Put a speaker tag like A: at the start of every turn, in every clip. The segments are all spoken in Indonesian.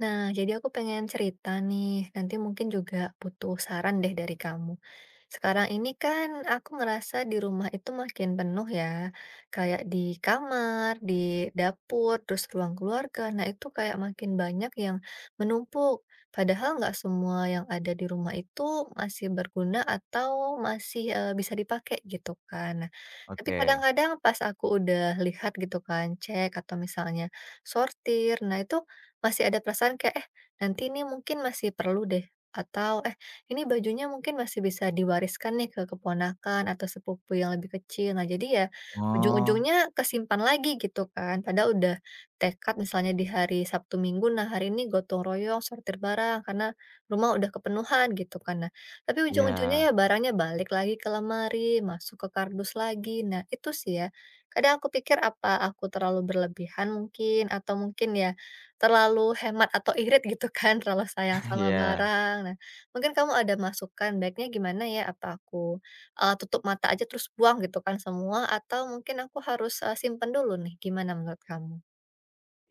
A: Nah, jadi aku pengen cerita nih, nanti mungkin juga butuh saran deh dari kamu. Sekarang ini kan aku ngerasa di rumah itu makin penuh ya, kayak di kamar, di dapur, terus ruang keluarga. Nah, itu kayak makin banyak yang menumpuk. Padahal nggak semua yang ada di rumah itu masih berguna atau masih bisa dipakai gitu kan. Nah, tapi
B: Oke.
A: kadang-kadang pas aku udah lihat gitu kan, cek atau misalnya sortir, nah itu masih ada perasaan kayak, "Eh, nanti ini mungkin masih perlu deh," atau, "Eh, ini bajunya mungkin masih bisa diwariskan nih ke keponakan atau sepupu yang lebih kecil." Nah, jadi ya
B: Oh,
A: ujung-ujungnya kesimpan lagi gitu kan. Padahal udah tekad misalnya di hari Sabtu Minggu, "Nah, hari ini gotong royong sortir barang karena rumah udah kepenuhan," gitu kan. Nah, tapi ujung-ujungnya
B: iya
A: ya barangnya balik lagi ke lemari, masuk ke kardus lagi. Nah, itu sih ya, kadang aku pikir apa aku terlalu berlebihan mungkin atau mungkin ya terlalu hemat atau irit gitu kan, terlalu sayang sama
B: iya.
A: barang. Nah, mungkin kamu ada masukan baiknya gimana ya, apa aku, tutup mata aja terus buang gitu kan semua, atau mungkin aku harus, simpen dulu nih, gimana menurut kamu?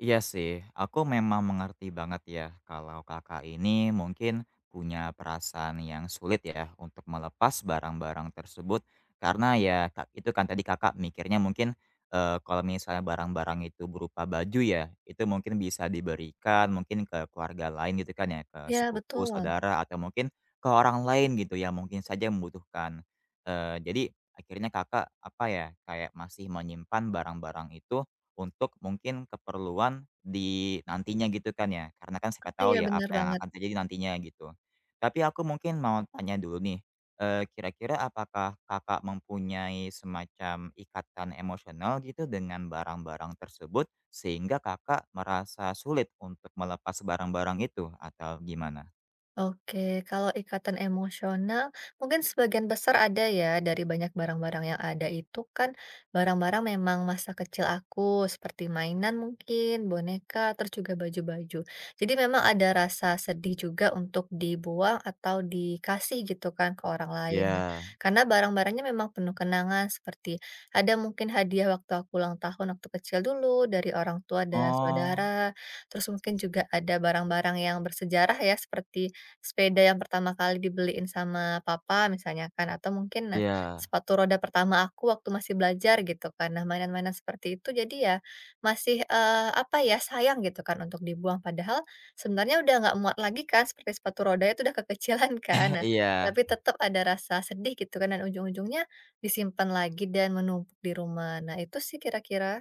B: Iya sih, aku memang mengerti banget ya kalau Kakak ini mungkin punya perasaan yang sulit ya untuk melepas barang-barang tersebut karena ya Kak, itu kan tadi Kakak mikirnya mungkin, kalau misalnya barang-barang itu berupa baju ya, itu mungkin bisa diberikan mungkin ke keluarga lain gitu kan ya, ke
A: Ya
B: sepupu,
A: betul,
B: saudara, atau mungkin ke orang lain gitu yang mungkin saja membutuhkan. Jadi akhirnya Kakak apa ya, kayak masih menyimpan barang-barang itu untuk mungkin keperluan di nantinya gitu kan ya, karena kan siapa
A: ah, iya
B: tahu ya
A: benar
B: apa yang
A: banget.
B: akan terjadi nantinya gitu. Tapi aku mungkin mau tanya dulu nih, kira-kira apakah Kakak mempunyai semacam ikatan emosional gitu dengan barang-barang tersebut, sehingga Kakak merasa sulit untuk melepas barang-barang itu atau gimana?
A: Oke, kalau ikatan emosional mungkin sebagian besar ada ya dari banyak barang-barang yang ada itu kan barang-barang memang masa kecil aku seperti mainan mungkin, boneka, terus juga baju-baju. Jadi memang ada rasa sedih juga untuk dibuang atau dikasih gitu kan ke orang lain, ya.
B: Iya.
A: Karena barang-barangnya memang penuh kenangan seperti ada mungkin hadiah waktu aku ulang tahun waktu kecil dulu dari orang tua dan
B: Oh.
A: saudara. Terus mungkin juga ada barang-barang yang bersejarah ya seperti sepeda yang pertama kali dibeliin sama papa misalnya kan, atau mungkin, nah,
B: Iya.
A: sepatu roda pertama aku waktu masih belajar gitu kan. Nah, mainan-mainan seperti itu jadi ya masih, apa ya, sayang gitu kan untuk dibuang. Padahal sebenarnya udah nggak muat lagi kan seperti sepatu roda itu udah kekecilan kan. Nah,
B: Iya.
A: tapi tetap ada rasa sedih gitu kan dan ujung-ujungnya disimpan lagi dan menumpuk di rumah. Nah, itu sih kira-kira.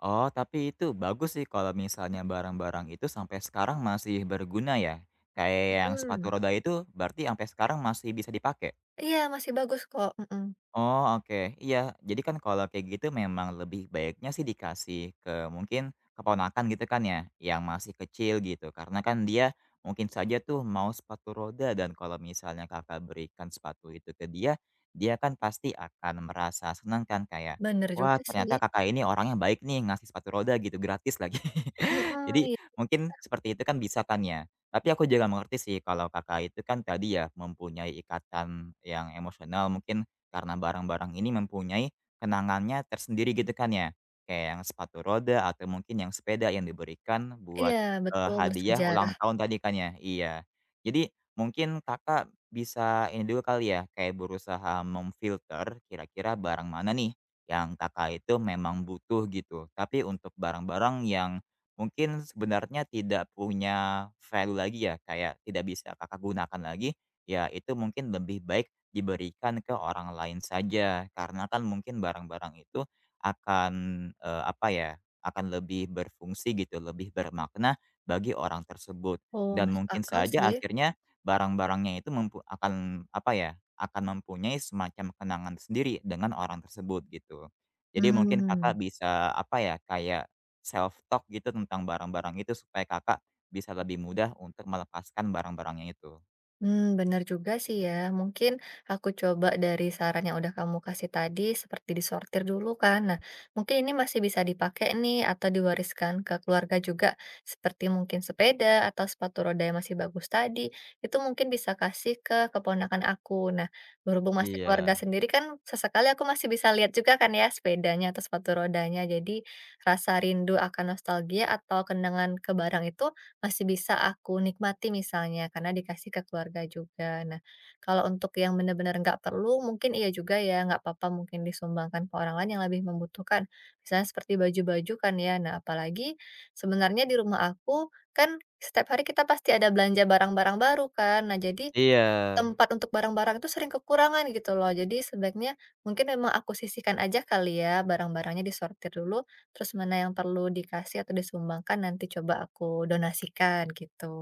B: Oh, tapi itu bagus sih kalau misalnya barang-barang itu sampai sekarang masih berguna ya? Kayak yang sepatu
A: Mhm.
B: roda itu berarti sampai sekarang masih bisa dipakai?
A: Iya, masih bagus kok, mhm.
B: Oh, oke. Iya, jadi kan kalau kayak gitu memang lebih baiknya sih dikasih ke mungkin keponakan gitu kan ya, yang masih kecil gitu. Karena kan dia mungkin saja tuh mau sepatu roda dan kalau misalnya Kakak berikan sepatu itu ke dia, dia kan pasti akan merasa senang kan kayak,
A: Bener juga
B: "Wah,
A: sih.
B: ternyata Kakak ini orangnya baik nih ngasih sepatu roda gitu, gratis lagi."
A: Mhm,
B: Jadi
A: iya,
B: mungkin seperti itu kan bisa kan ya. Tapi aku juga mengerti sih kalau Kakak itu kan tadi ya mempunyai ikatan yang emosional mungkin karena barang-barang ini mempunyai kenangannya tersendiri gitu kan ya. Kayak yang sepatu roda atau mungkin yang sepeda yang diberikan buat,
A: iya, betul,
B: hadiah
A: bersejarah.
B: ulang tahun tadi kan ya, iya. Jadi mungkin Kakak bisa ini dulu kali ya, kayak berusaha memfilter kira-kira barang mana nih yang Kakak itu memang butuh gitu. Tapi untuk barang-barang yang mungkin sebenarnya tidak punya value lagi ya, kayak tidak bisa Kakak gunakan lagi, ya itu mungkin lebih baik diberikan ke orang lain saja, karena kan mungkin barang-barang itu akan, apa ya, akan lebih berfungsi gitu, lebih bermakna bagi orang tersebut.
A: Oh,
B: Dan
A: masuk
B: mungkin
A: akal
B: saja
A: sih.
B: akhirnya barang-barangnya itu akan apa ya, akan mempunyai semacam kenangan sendiri dengan orang tersebut gitu. Jadi mungkin
A: Hmm.
B: Kakak bisa apa ya, kayak self talk gitu tentang barang-barang itu supaya Kakak bisa lebih mudah untuk melepaskan barang-barangnya itu.
A: Benar juga sih ya. Mungkin aku coba dari saran yang udah kamu kasih tadi seperti disortir dulu kan. Nah, mungkin ini masih bisa dipakai nih atau diwariskan ke keluarga juga, seperti mungkin sepeda atau sepatu roda yang masih bagus tadi, itu mungkin bisa kasih ke keponakan aku. Nah, berhubung masih keluarga
B: Iya
A: sendiri kan sesekali aku masih bisa lihat juga kan ya sepedanya atau sepatu rodanya. Jadi rasa rindu akan nostalgia atau kenangan ke barang itu masih bisa aku nikmati misalnya karena dikasih ke keluarga juga. Nah, kalau untuk yang benar-benar nggak perlu mungkin iya juga ya nggak apa-apa mungkin disumbangkan ke orang lain yang lebih membutuhkan. Misalnya seperti baju-baju kan ya. Nah, apalagi sebenarnya di rumah aku kan setiap hari kita pasti ada belanja barang-barang baru kan. Nah, jadi
B: iya.
A: tempat untuk barang-barang itu sering kekurangan gitu loh. Jadi sebaiknya mungkin memang aku sisihkan aja kali ya barang-barangnya disortir dulu, terus mana yang perlu dikasih atau disumbangkan nanti coba aku donasikan gitu.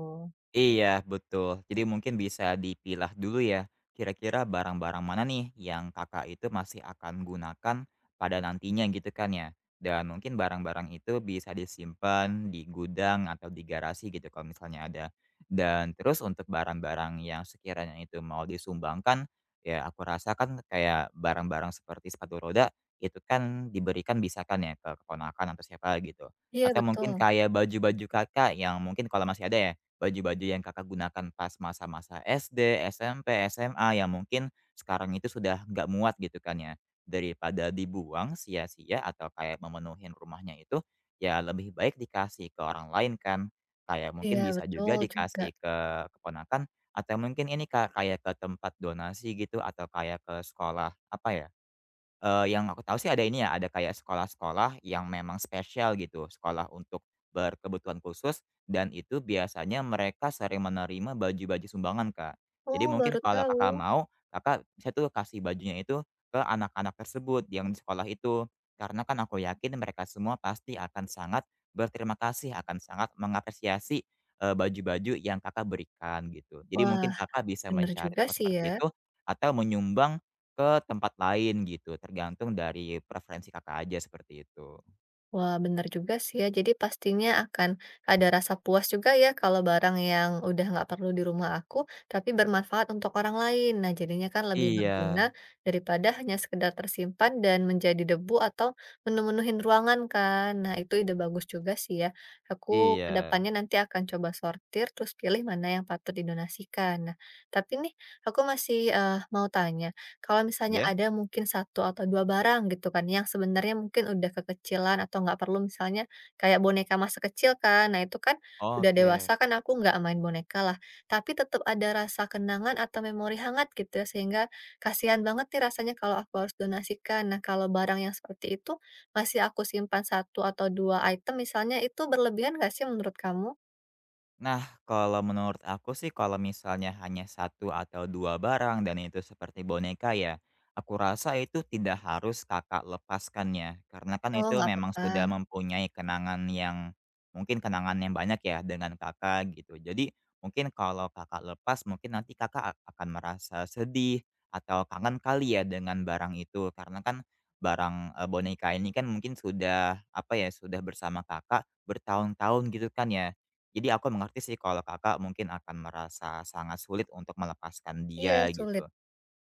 B: Iya, betul. Jadi mungkin bisa dipilah dulu ya, kira-kira barang-barang mana nih yang Kakak itu masih akan gunakan pada nantinya gitu kan ya. Dan mungkin barang-barang itu bisa disimpan di gudang atau di garasi gitu kalau misalnya ada. Dan terus untuk barang-barang yang sekiranya itu mau disumbangkan, ya aku rasa kan kayak barang-barang seperti sepatu roda itu kan diberikan bisa kan ya ke keponakan atau siapa gitu.
A: Iya
B: Atau mungkin
A: betul.
B: kayak baju-baju kakak yang mungkin kalau masih ada ya baju-baju yang Kakak gunakan pas masa-masa SD, SMP, SMA yang mungkin sekarang itu sudah nggak muat gitu kan ya. Daripada dibuang sia-sia atau kayak memenuhin rumahnya itu, ya lebih baik dikasih ke orang lain kan. Kayak mungkin
A: Iya
B: bisa
A: betul
B: juga
A: juga.
B: dikasih ke keponakan atau mungkin ini Kak, kayak ke tempat donasi gitu atau kayak ke sekolah apa ya. Yang aku tahu sih ada ini ya, ada kayak sekolah-sekolah yang memang spesial gitu, sekolah untuk berkebutuhan khusus dan itu biasanya mereka sering menerima baju-baju sumbangan, Kak. Jadi
A: Oh
B: mungkin
A: baru
B: kalau
A: tahu.
B: Kakak mau, Kakak bisa tuh kasih bajunya itu ke anak-anak tersebut yang di sekolah itu. Karena kan aku yakin mereka semua pasti akan sangat berterima kasih, akan sangat mengapresiasi, baju-baju yang Kakak berikan gitu. Jadi mungkin
A: Wah
B: Kakak bisa
A: bener
B: mencari
A: juga
B: tempat
A: sih ya.
B: seperti itu atau menyumbang ke tempat lain gitu, tergantung dari preferensi Kakak aja seperti itu.
A: Wah, benar juga sih ya. Jadi pastinya akan ada rasa puas juga ya kalau barang yang udah nggak perlu di rumah aku, tapi bermanfaat untuk orang lain. Nah, jadinya kan lebih berguna
B: Iya
A: daripada hanya sekedar tersimpan dan menjadi debu atau menemenuhin ruangan kan. Nah, itu ide bagus juga sih ya. Aku ke
B: iya.
A: depannya nanti akan coba sortir terus pilih mana yang patut didonasikan. Nah, tapi nih aku masih mau tanya kalau misalnya
B: Ya.
A: ada mungkin satu atau 2 barang gitu kan, yang sebenarnya mungkin udah kekecilan atau nggak perlu misalnya kayak boneka masa kecil kan. Nah itu kan udah
B: Oke.
A: dewasa kan aku nggak main boneka lah, tapi tetap ada rasa kenangan atau memori hangat gitu ya, sehingga kasihan banget nih rasanya kalau aku harus donasikan. Nah kalau barang yang seperti itu masih aku simpan satu atau 2 item misalnya, itu berlebihan nggak sih menurut kamu?
B: Nah, kalau menurut aku sih kalau misalnya hanya satu atau 2 barang dan itu seperti boneka ya, aku rasa itu tidak harus Kakak lepaskannya, karena kan
A: Oh
B: itu
A: nggak
B: memang
A: apa-apa.
B: sudah mempunyai kenangan yang mungkin kenangan yang banyak ya dengan Kakak gitu. Jadi, mungkin kalau Kakak lepas mungkin nanti Kakak akan merasa sedih atau kangen kali ya dengan barang itu, karena kan barang, boneka ini kan mungkin sudah, apa ya, sudah bersama Kakak bertahun-tahun gitu kan ya. Jadi aku mengerti sih kalau Kakak mungkin akan merasa sangat sulit untuk melepaskan
A: Iya
B: dia
A: sulit.
B: gitu.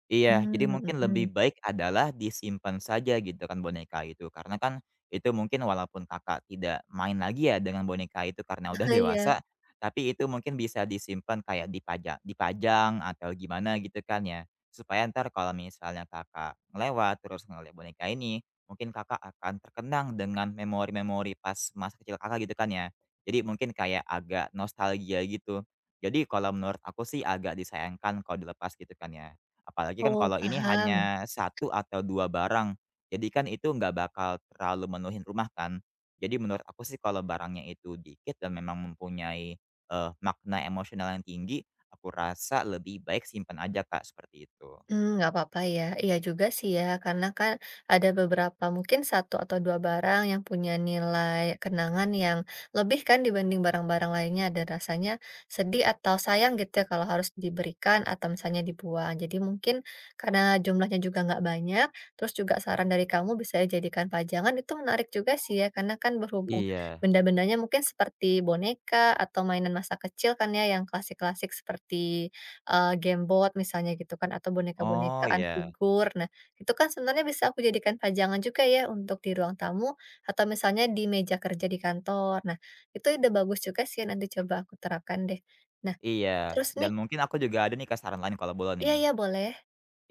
B: Iya,
A: Mmm,
B: jadi mungkin
A: mhm.
B: lebih baik adalah disimpan saja gitu kan boneka itu, karena kan itu mungkin walaupun Kakak tidak main lagi ya dengan boneka itu karena udah
A: Iya.
B: dewasa, tapi itu mungkin bisa disimpan kayak dipajang atau gimana gitu kan ya. Supaya ntar kalau misalnya Kakak lewat terus ngeliat boneka ini, mungkin Kakak akan terkenang dengan memori-memori pas masa kecil Kakak gitu kan ya. Jadi mungkin kayak agak nostalgia gitu. Jadi kalau menurut aku sih agak disayangkan kalau dilepas gitu kan ya. Apalagi kan
A: Oh
B: kalau ini
A: paham.
B: hanya satu atau 2 barang, jadi kan itu nggak bakal terlalu menuhin rumah kan. Jadi menurut aku sih kalau barangnya itu dikit dan memang mempunyai, makna emosional yang tinggi, aku rasa lebih baik simpan aja Kak, seperti itu.
A: Mmm, nggak apa-apa ya. Iya juga sih ya, karena kan ada beberapa mungkin satu atau 2 barang yang punya nilai kenangan yang lebih kan dibanding barang-barang lainnya, dan rasanya sedih atau sayang gitu ya kalau harus diberikan atau misalnya dibuang. Jadi mungkin karena jumlahnya juga nggak banyak, terus juga saran dari kamu bisa dijadikan pajangan, itu menarik juga sih ya, karena kan berhubung
B: Iya.
A: benda-bendanya mungkin seperti boneka atau mainan masa kecil kan ya yang klasik-klasik seperti game board misalnya gitu kan atau
B: Oh,
A: boneka-bonekaan,
B: ya.
A: figur. Nah, itu kan sebenarnya bisa aku jadikan pajangan juga ya untuk di ruang tamu atau misalnya di meja kerja di kantor. Nah, itu ide bagus juga sih nanti coba aku terapkan deh. Nah,
B: Iya.
A: terus nih
B: Dan mungkin aku juga ada nih Kak, saran lain kalau boleh
A: iya
B: nih.
A: iya boleh.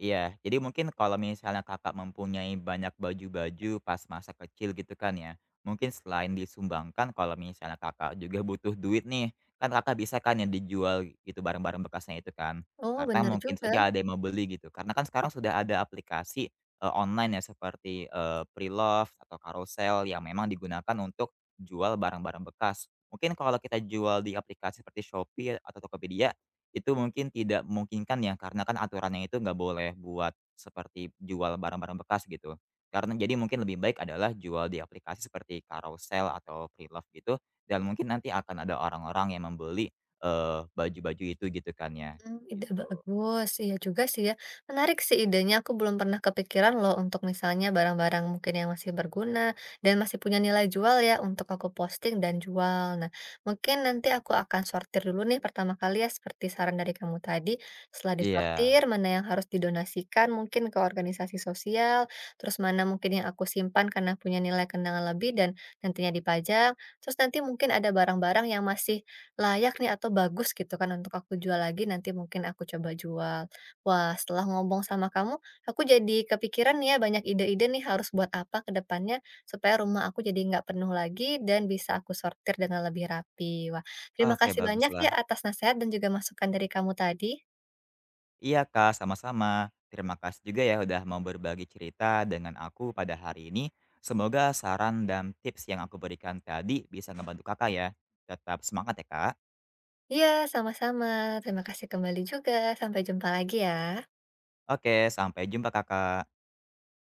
B: Iya, jadi mungkin kalau misalnya Kakak mempunyai banyak baju-baju pas masa kecil gitu kan ya, mungkin selain disumbangkan kalau misalnya Kakak juga butuh duit nih, kan Kakak bisa kan ya dijual gitu barang-barang bekasnya itu kan.
A: Oh,
B: Karena
A: bener
B: mungkin
A: juga.
B: saja ada yang mau beli gitu, karena kan sekarang sudah ada aplikasi, online ya seperti, Preloved atau Carousell yang memang digunakan untuk jual barang-barang bekas. Mungkin kalau kita jual di aplikasi seperti Shopee atau Tokopedia itu mungkin tidak memungkinkan ya, karena kan aturannya itu nggak boleh buat seperti jual barang-barang bekas gitu. Karena jadi mungkin lebih baik adalah jual di aplikasi seperti carousel atau Preloved gitu, dan mungkin nanti akan ada orang-orang yang membeli, baju-baju itu gitu kan ya,
A: Hmm, ide
B: gitu.
A: bagus, iya juga sih ya. Menarik sih idenya, aku belum pernah kepikiran loh untuk misalnya barang-barang mungkin yang masih berguna, dan masih punya nilai jual ya untuk aku posting dan jual. Nah, mungkin nanti aku akan sortir dulu nih pertama kali ya seperti saran dari kamu tadi, setelah
B: Iya,
A: disortir mana yang harus didonasikan mungkin ke organisasi sosial, terus mana mungkin yang aku simpan karena punya nilai kenangan lebih dan nantinya dipajang, terus nanti mungkin ada barang-barang yang masih layak nih atau bagus gitu kan untuk aku jual lagi nanti mungkin aku coba jual. Wah setelah ngomong sama kamu, aku jadi kepikiran nih ya banyak ide-ide nih harus buat apa ke depannya, supaya rumah aku jadi nggak penuh lagi dan bisa aku sortir dengan lebih rapi. Wah terima
B: oke
A: kasih banyak ya
B: baguslah.
A: atas nasihat dan juga masukan dari kamu tadi.
B: Iya Kak, sama-sama. Terima kasih juga ya udah mau berbagi cerita dengan aku pada hari ini. Semoga saran dan tips yang aku berikan tadi bisa ngebantu Kakak ya. Tetap semangat ya Kak.
A: Iya sama-sama, terima kasih kembali juga, sampai jumpa lagi ya.
B: Oke, sampai jumpa Kakak.